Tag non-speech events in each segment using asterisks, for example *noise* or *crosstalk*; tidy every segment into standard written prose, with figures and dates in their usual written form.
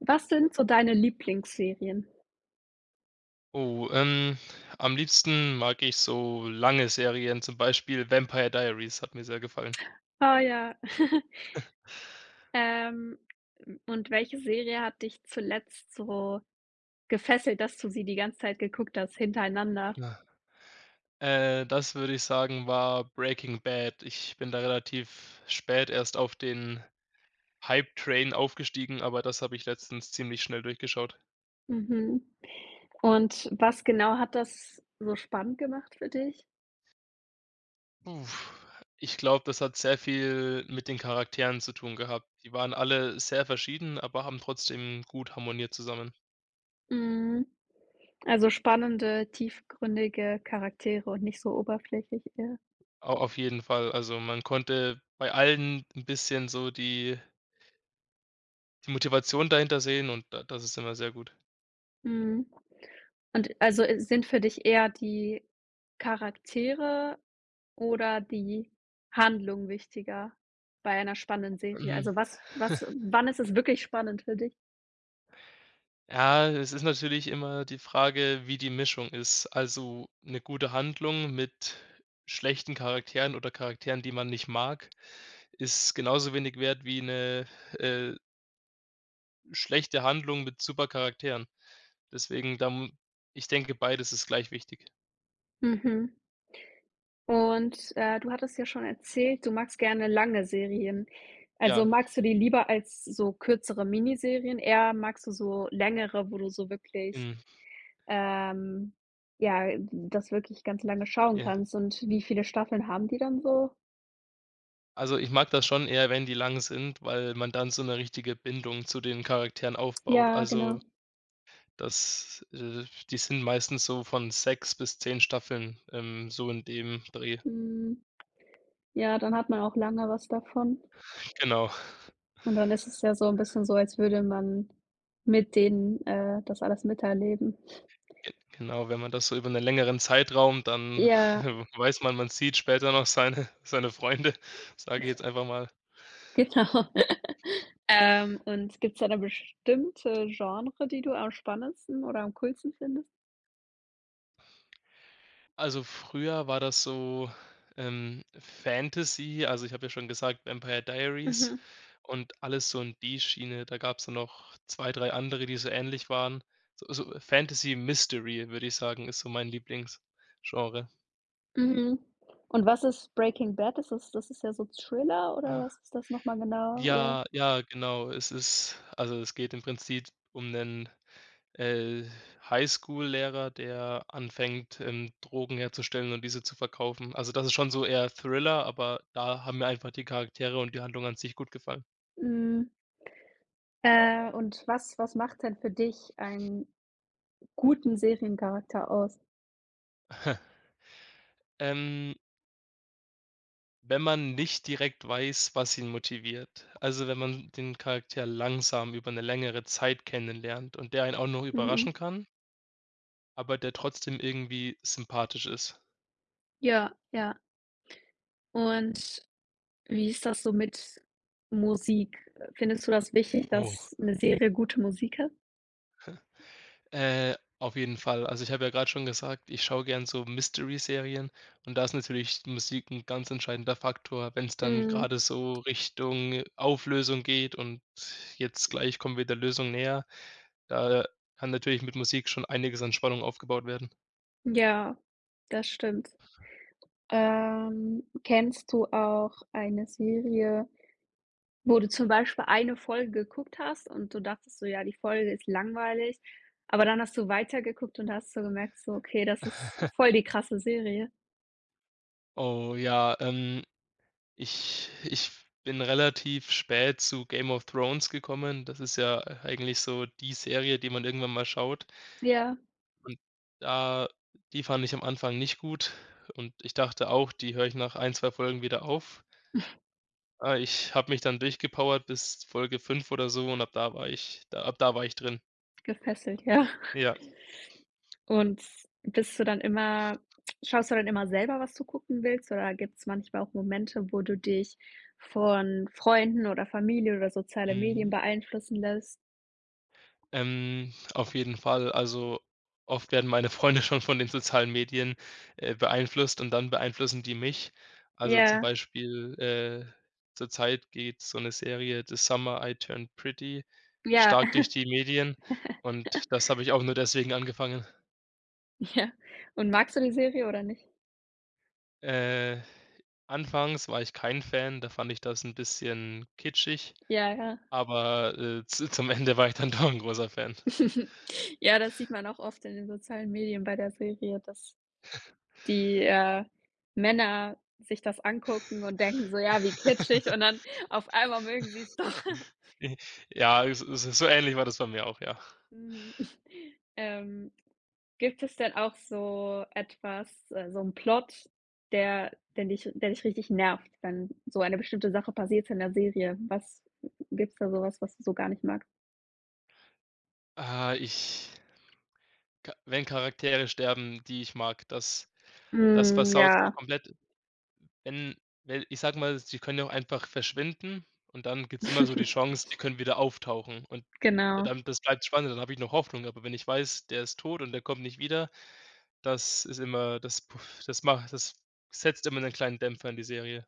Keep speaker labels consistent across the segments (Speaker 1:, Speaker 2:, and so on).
Speaker 1: Was sind so deine Lieblingsserien?
Speaker 2: Oh, am liebsten mag ich so lange Serien, zum Beispiel Vampire Diaries, hat mir sehr gefallen.
Speaker 1: Oh ja. *laughs* Ähm, und welche Serie hat dich zuletzt so gefesselt, dass du sie die ganze Zeit geguckt hast, hintereinander?
Speaker 2: Ja. Das würde ich sagen, war Breaking Bad. Ich bin da relativ spät erst auf den Hype-Train aufgestiegen, aber das habe ich letztens ziemlich schnell durchgeschaut.
Speaker 1: Mhm. Und was genau hat das so spannend gemacht für dich?
Speaker 2: Uff, ich glaube, das hat sehr viel mit den Charakteren zu tun gehabt. Die waren alle sehr verschieden, aber haben trotzdem gut harmoniert zusammen.
Speaker 1: Mhm. Also spannende, tiefgründige Charaktere und nicht so oberflächlich eher.
Speaker 2: Au auf jeden Fall. Also, man konnte bei allen ein bisschen so die Motivation dahinter sehen, und da das ist immer sehr gut.
Speaker 1: Mhm. Und also, sind für dich eher die Charaktere oder die Handlung wichtiger bei einer spannenden Serie?
Speaker 2: Mhm.
Speaker 1: Also, was wann ist es wirklich spannend für dich?
Speaker 2: Ja, es ist natürlich immer die Frage, wie die Mischung ist. Also, eine gute Handlung mit schlechten Charakteren oder Charakteren, die man nicht mag, ist genauso wenig wert wie eine äh, schlechte Handlung mit super Charakteren. Deswegen da m ich denke, beides ist gleich wichtig.
Speaker 1: Mhm. Und, du hattest ja schon erzählt, du magst gerne lange Serien. Also,
Speaker 2: Ja,
Speaker 1: magst du die lieber als so kürzere Miniserien? Eher magst du so längere, wo du so wirklich,
Speaker 2: mhm,
Speaker 1: ähm, ja, das wirklich ganz lange schauen
Speaker 2: ja.
Speaker 1: kannst und wie viele Staffeln haben die dann so?
Speaker 2: Also, ich mag das schon eher, wenn die lang sind, weil man dann so eine richtige Bindung zu den Charakteren aufbaut.
Speaker 1: Ja,
Speaker 2: Also,
Speaker 1: genau.
Speaker 2: das die sind meistens so von 6 bis 10 Staffeln, so in dem Dreh.
Speaker 1: Hm, ja, dann hat man auch lange was davon.
Speaker 2: Genau.
Speaker 1: Und dann ist es ja so ein bisschen so, als würde man mit denen, das alles miterleben.
Speaker 2: Ge genau, wenn man das so über einen längeren Zeitraum, dann
Speaker 1: Ja,
Speaker 2: *laughs* weiß man, man sieht später noch seine Freunde, sage ich jetzt einfach mal.
Speaker 1: genau. *laughs* Und gibt's da 'ne bestimmte Genre, die du am spannendsten oder am coolsten findest?
Speaker 2: Also, früher war das so, Fantasy, also, ich habe ja schon gesagt, Vampire Diaries
Speaker 1: Mhm,
Speaker 2: und alles so in die Schiene. Da gab's dann noch 2, 3 andere, die so ähnlich waren. So Fantasy Mystery, würde ich sagen, ist so mein Lieblingsgenre.
Speaker 1: mhm. Und was ist Breaking Bad? Ist das das ist ja so Thriller oder was
Speaker 2: Ah,
Speaker 1: ist das noch mal genau, oder?
Speaker 2: ja, ja, genau. Es ist, also, es geht im Prinzip um 'nen Äh, Highschool-Lehrer, der anfängt, Drogen herzustellen und diese zu verkaufen. Also, das ist schon so eher Thriller, aber da haben mir einfach die Charaktere und die Handlung an sich gut gefallen.
Speaker 1: Mhm, und was macht denn für dich einen guten Seriencharakter aus?
Speaker 2: Ähm, Wenn man nicht direkt weiß, was ihn motiviert, also wenn man den Charakter langsam über eine längere Zeit kennenlernt und der einen auch noch
Speaker 1: Mhm.
Speaker 2: überraschen kann, aber der trotzdem irgendwie sympathisch ist.
Speaker 1: Ja, ja. Und wie ist das so mit Musik? Findest du das wichtig,
Speaker 2: Oh.
Speaker 1: dass eine Serie gute Musik hat?
Speaker 2: Äh, auf jeden Fall. Also, ich habe ja gerade schon gesagt, ich schaue gern so Mystery-Serien, und da ist natürlich Musik ein ganz entscheidender Faktor, wenn es dann
Speaker 1: Mhm.
Speaker 2: gerade so Richtung Auflösung geht und jetzt gleich kommen wir der Lösung näher. Da kann natürlich mit Musik schon einiges an Spannung aufgebaut werden.
Speaker 1: Ja, das stimmt. Kennst du auch eine Serie, wo du zum Beispiel eine Folge geguckt hast und du dachtest so: „Ja, die Folge ist langweilig“, aber dann hast du weitergeguckt und hast so gemerkt so: „Okay, das ist
Speaker 2: *laughs*
Speaker 1: voll die krasse Serie.“
Speaker 2: Oh ja, ich bin relativ spät zu Game of Thrones gekommen. Das ist ja eigentlich so die Serie, die man irgendwann mal schaut.
Speaker 1: Ja,
Speaker 2: Und da die fand ich am Anfang nicht gut, und ich dachte auch, die höre ich nach ein, 2 Folgen wieder auf. Aber ich habe mich dann durchgepowert bis Folge 5 oder so, und ab da war ich drin.
Speaker 1: gefesselt, ja.
Speaker 2: Ja,
Speaker 1: Und bist du dann immer schaust du dann immer selber, was du gucken willst, oder gibt es manchmal auch Momente, wo du dich von Freunden oder Familie oder soziale Medien
Speaker 2: mhm.
Speaker 1: beeinflussen lässt?
Speaker 2: Auf jeden Fall. Also, oft werden meine Freunde *laughs* schon von den sozialen Medien, beeinflusst, und dann beeinflussen die mich. Also, zum
Speaker 1: Ja,
Speaker 2: Beispiel, zurzeit geht so eine Serie „The Summer I Turned Pretty“
Speaker 1: ja,
Speaker 2: stark durch
Speaker 1: *laughs*
Speaker 2: die Medien, und das habe ich auch nur deswegen angefangen.
Speaker 1: ja. Und magst du die Serie oder nicht?
Speaker 2: Äh, Anfangs war ich kein Fan, da fand ich das ein bisschen kitschig,
Speaker 1: Ja, ja.
Speaker 2: aber, z zum Ende war ich dann *laughs* doch ein großer Fan.
Speaker 1: *laughs* Ja, das sieht man auch oft in den sozialen Medien bei der Serie, dass die, Männer sich das angucken und denken so: „Ja, wie kitschig“, und
Speaker 2: *laughs*
Speaker 1: dann auf einmal mögen sie es doch. *laughs*
Speaker 2: I Ja, es so ähnlich war das bei mir auch, ja.
Speaker 1: Mhm. Ähm, gibt es denn auch so etwas so 'n Plot, der dich richtig nervt, wenn so eine bestimmte Sache passiert in der Serie? Was gibt's da so was, was du so gar nicht magst?
Speaker 2: Ah, ich ka wenn Charaktere sterben, die ich mag, das
Speaker 1: Hm,
Speaker 2: versaut so
Speaker 1: ja.
Speaker 2: komplett, wenn weil, ich sage mal, sie können ja auch einfach verschwinden, und dann gibt's immer so die
Speaker 1: *laughs*
Speaker 2: Chance, die können wieder auftauchen, und
Speaker 1: Genau.
Speaker 2: dann, das bleibt spannend, dann habe ich noch Hoffnung, aber wenn ich weiß, der ist tot und der kommt nicht wieder, das ist immer das, puh, das macht das setzt immer 'nen kleinen Dämpfer in die Serie.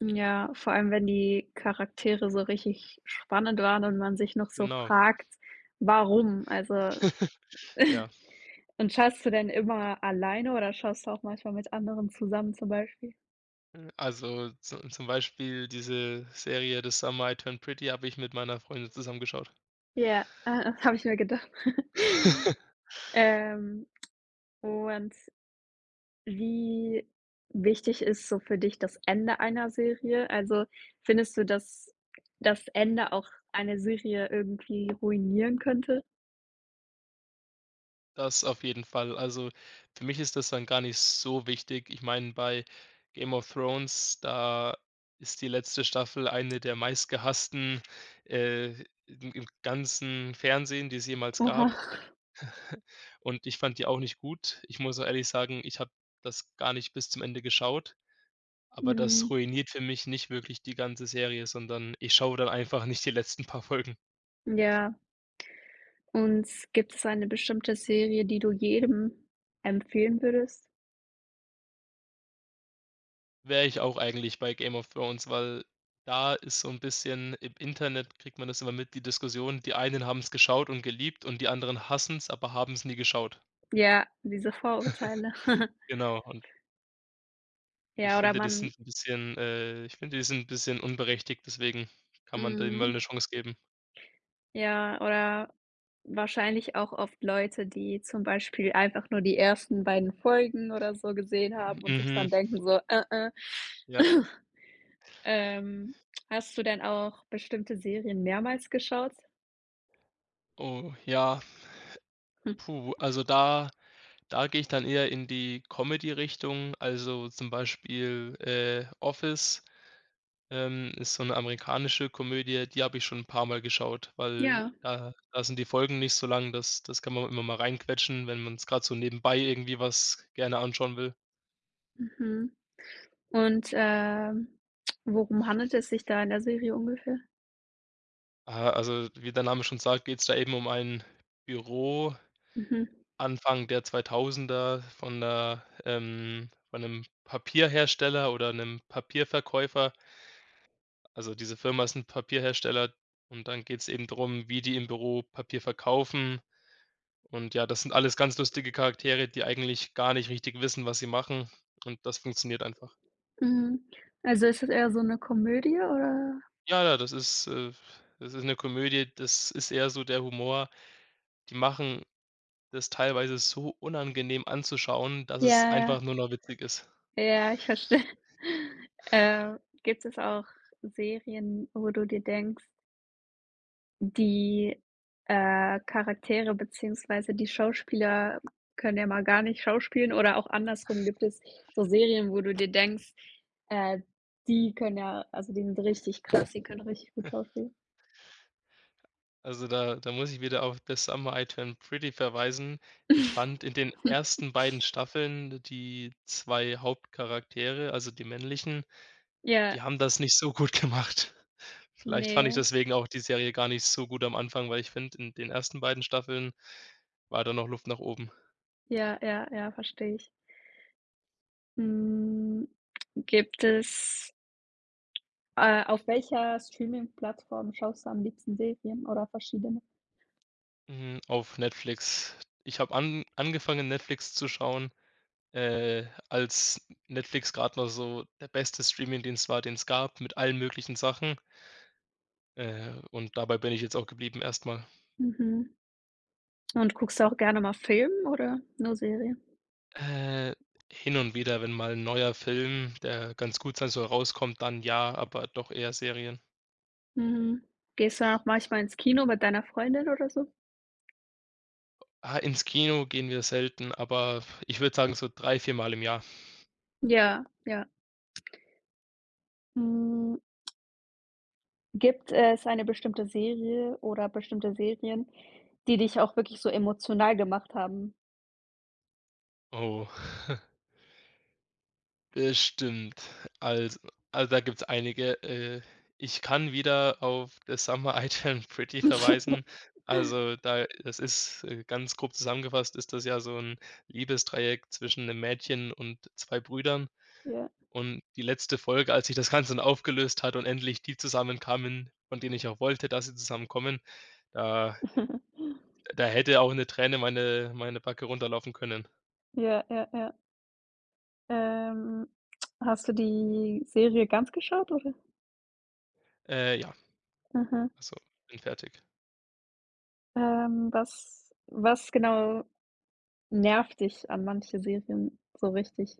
Speaker 1: Ja, vor allem, wenn die Charaktere so richtig spannend waren und man sich noch so
Speaker 2: Genau.
Speaker 1: fragt: „Warum?“ Also
Speaker 2: *laughs* Ja.
Speaker 1: *laughs* und schaust du denn immer alleine oder schaust du auch manchmal mit anderen zusammen zum Beispiel?
Speaker 2: Hm, also zu zum Beispiel diese Serie „The Summer I Turned Pretty“ habe ich mit meiner Freundin zusammen geschaut.
Speaker 1: Ja, *laughs* ah, das habe ich mir gedacht. *laughs*
Speaker 2: *laughs*
Speaker 1: Ähm. Und wie wichtig ist so für dich das Ende einer Serie? Also, findest du, dass das Ende auch eine Serie irgendwie ruinieren könnte?
Speaker 2: Das auf jeden Fall. Also, für mich ist das dann gar nicht so wichtig. Ich meine, bei „Game of Thrones“, da ist die letzte Staffel eine der meistgehassten, äh, im ganzen Fernsehen, die es jemals
Speaker 1: Oha.
Speaker 2: gab, und ich fand die auch nicht gut. Ich muss auch ehrlich sagen, ich habe das gar nicht bis zum Ende geschaut. Aber
Speaker 1: Hm,
Speaker 2: das ruiniert für mich nicht wirklich die ganze Serie, sondern ich schaue dann einfach nicht die letzten paar Folgen.
Speaker 1: ja. Und gibt es eine bestimmte Serie, die du jedem empfehlen würdest?
Speaker 2: Wäre ich auch eigentlich bei Game of Thrones, weil da ist so ein bisschen, im Internet kriegt man das immer mit, die Diskussion, die einen haben es geschaut und geliebt, und die anderen hassen es, aber haben es nie geschaut.
Speaker 1: Ja, diese Vorurteile. *laughs*
Speaker 2: Genau, und ich
Speaker 1: Ja, oder
Speaker 2: finde, die
Speaker 1: man
Speaker 2: sind ein bisschen ich finde, die sind ein bisschen unberechtigt, deswegen kann man dem mal
Speaker 1: hm,
Speaker 2: eine Chance geben.
Speaker 1: ja, oder wahrscheinlich auch oft Leute, die zum Beispiel einfach nur die ersten beiden Folgen oder so gesehen haben und sich
Speaker 2: Mhm,
Speaker 1: dann denken so: äh.“
Speaker 2: ja.
Speaker 1: *laughs* Ähm, hast du denn auch bestimmte Serien mehrmals geschaut?
Speaker 2: Oh ja,
Speaker 1: Hm,
Speaker 2: puh, da gehe ich dann eher in die Comedy-Richtung, also zum Beispiel, Office, ist so eine amerikanische Komödie, die habe ich schon ein paar Mal geschaut, weil
Speaker 1: ja,
Speaker 2: da sind die Folgen nicht so lang, das kann man immer mal reinquetschen, wenn man es gerade so nebenbei irgendwie was gerne anschauen will.
Speaker 1: mhm. Und, worum handelt es sich da in der Serie ungefähr?
Speaker 2: Ah, also, wie der Name schon sagt, geht es da eben um ein Büro
Speaker 1: Mhm,
Speaker 2: Anfang der 2000er, von 'nem Papierhersteller oder einem Papierverkäufer. Also, diese Firma ist 'n Papierhersteller, und dann geht's eben drum, wie die im Büro Papier verkaufen. Und ja, das sind alles ganz lustige Charaktere, die eigentlich gar nicht richtig wissen, was sie machen, und das funktioniert einfach.
Speaker 1: mhm. Also, ist es eher so eine Komödie oder?
Speaker 2: Ja, ja, das ist 'ne Komödie, das ist eher so der Humor. Die machen das teilweise so unangenehm anzuschauen, dass es
Speaker 1: Ja,
Speaker 2: einfach
Speaker 1: ja.
Speaker 2: nur noch witzig ist.
Speaker 1: Ja, ich verstehe. *laughs* Gibt es auch Serien, wo du dir denkst, die, Charaktere beziehungsweise die Schauspieler können ja mal gar nicht schauspielen oder auch andersrum gibt es so Serien, wo du dir denkst, äh, die können ja also die sind richtig krass, die können richtig gut schauspielen?
Speaker 2: Also, da muss ich wieder auf „The Summer I Turned Pretty“ verweisen. Ich fand in
Speaker 1: *laughs*
Speaker 2: den ersten beiden Staffeln die 2 Hauptcharaktere, also die männlichen,
Speaker 1: Ja,
Speaker 2: die haben das nicht so gut gemacht. *laughs* Vielleicht fand ich
Speaker 1: ne,
Speaker 2: deswegen auch die Serie gar nicht so gut am Anfang, weil ich finde, in den ersten beiden Staffeln war da noch Luft nach oben.
Speaker 1: ja, ja, ja, verstehe ich. Hm, gibt es auf welcher Streaming-Plattform schaust du am liebsten Serien oder verschiedene?
Speaker 2: Hm, auf Netflix. Ich habe an angefangen, Netflix zu schauen, als Netflix gerade noch so der beste Streamingdienst war, den es gab, mit allen möglichen Sachen. Und dabei bin ich jetzt auch geblieben erstmal.
Speaker 1: Mhm. Und guckst du auch gerne mal Film oder nur Serie?
Speaker 2: Äh, Hin und wieder, wenn mal 'n neuer Film, der ganz gut sein soll, rauskommt, dann ja, aber doch eher Serien.
Speaker 1: Mhm. Gehst du dann auch manchmal ins Kino mit deiner Freundin oder so?
Speaker 2: Ah, ins Kino gehen wir selten, aber ich würde sagen, so drei, vier Mal im Jahr.
Speaker 1: Ja, ja. Hm, gibt es eine bestimmte Serie oder bestimmte Serien, die dich auch wirklich so emotional gemacht haben?
Speaker 2: Oh, *laughs* bestimmt. Also, da gibt's einige. Ich kann wieder auf „The Summer *laughs* I Turned Pretty“ verweisen.
Speaker 1: *laughs*
Speaker 2: Also, da, das ist, ganz grob zusammengefasst ist das ja so 'n Liebesdreieck zwischen 'nem Mädchen und 2 Brüdern.
Speaker 1: Ja.
Speaker 2: Und die letzte Folge, als sich das Ganze dann aufgelöst hat und endlich die zusammenkamen, von denen ich auch wollte, dass sie zusammenkommen, da
Speaker 1: *laughs*
Speaker 2: da hätte auch 'ne Träne meine Backe runterlaufen können.
Speaker 1: Ja, ja, ja. Ähm, hast du die Serie ganz geschaut, oder?
Speaker 2: Ja,
Speaker 1: Mhm.
Speaker 2: also, bin fertig.
Speaker 1: Was genau nervt dich an manchen Serien so richtig?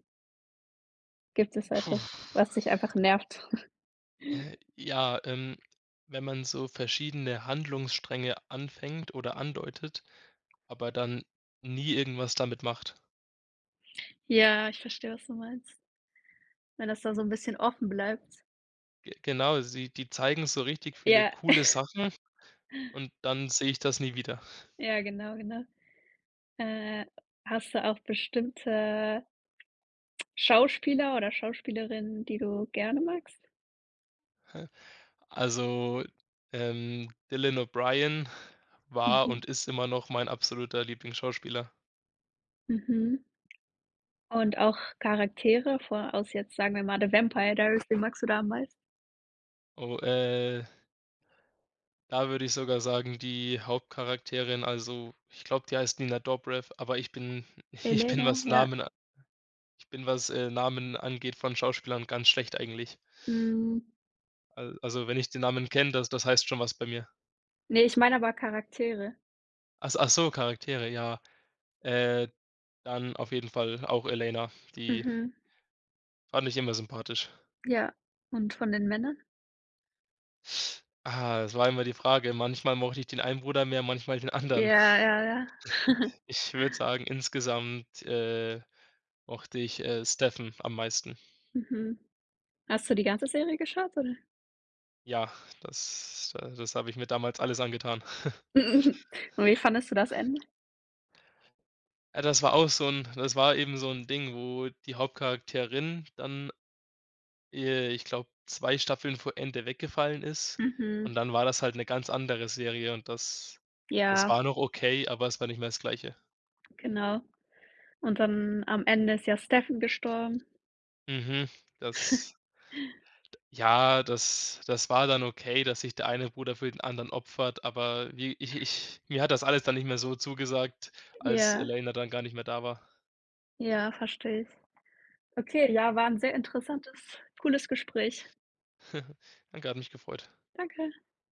Speaker 1: Gibt es
Speaker 2: Puh,
Speaker 1: etwas, was dich einfach nervt? *laughs*
Speaker 2: ja, wenn man so verschiedene Handlungsstränge anfängt oder andeutet, aber dann nie irgendwas damit macht.
Speaker 1: Ja, ich verstehe, was du meinst. Wenn das da so ein bisschen offen bleibt.
Speaker 2: Ge genau, sie die zeigen so richtig viele
Speaker 1: Ja,
Speaker 2: coole Sachen, und dann sehe ich das nie wieder.
Speaker 1: ja, genau, genau. Äh, hast du auch bestimmte Schauspieler oder Schauspielerinnen, die du gerne magst?
Speaker 2: Also, Dylan O'Brien war
Speaker 1: Mhm,
Speaker 2: und ist immer noch mein absoluter Lieblingsschauspieler.
Speaker 1: mhm. Und auch Charaktere vor aus jetzt, sagen wir mal, The Vampire Diaries, wen magst du da am meisten?
Speaker 2: Oh, da würde ich sogar sagen, die Hauptcharakterin, also, ich glaube, die heißt Nina Dobrev, aber ich bin *laughs* ich bin,
Speaker 1: Elena,
Speaker 2: was
Speaker 1: ja.
Speaker 2: Namen a ich bin, was, Namen angeht von Schauspielern, ganz schlecht eigentlich.
Speaker 1: Hm,
Speaker 2: Al also, wenn ich den Namen kenne, das heißt schon was bei mir.
Speaker 1: ne, ich meine aber Charaktere.
Speaker 2: Ach so, Charaktere, ja. Äh, Dann auf jeden Fall auch Elena, die
Speaker 1: Mhm,
Speaker 2: fand ich immer sympathisch.
Speaker 1: ja. Und von den Männern?
Speaker 2: Ah, das war immer die Frage. Manchmal mochte ich den einen Bruder mehr, manchmal den anderen.
Speaker 1: Ja, ja, ja. *laughs*
Speaker 2: Ich würde sagen, insgesamt, mochte ich, Steffen am meisten.
Speaker 1: Mhm. Hast du die ganze Serie geschaut, oder?
Speaker 2: Ja, das habe ich mir damals alles angetan. *laughs*
Speaker 1: *laughs* Und wie fandest du das Ende?
Speaker 2: Ja, das war eben so ein Ding, wo die Hauptcharakterin dann, ich glaube, 2 Staffeln vor Ende weggefallen ist,
Speaker 1: Mhm,
Speaker 2: und dann war das halt eine ganz andere Serie, und das es
Speaker 1: ja,
Speaker 2: war noch okay, aber es war nicht mehr das Gleiche.
Speaker 1: genau. Und dann am Ende ist ja Stephen gestorben.
Speaker 2: Mhm. das Ja, das war dann okay, dass sich der eine Bruder für den anderen opfert, aber wie ich mir, hat das alles dann nicht mehr so zugesagt, als
Speaker 1: Ja,
Speaker 2: Elena dann gar nicht mehr da war.
Speaker 1: ja, verstehe ich. Okay, ja, war ein sehr interessantes, cooles Gespräch.
Speaker 2: Danke, hat mich gefreut.
Speaker 1: Danke.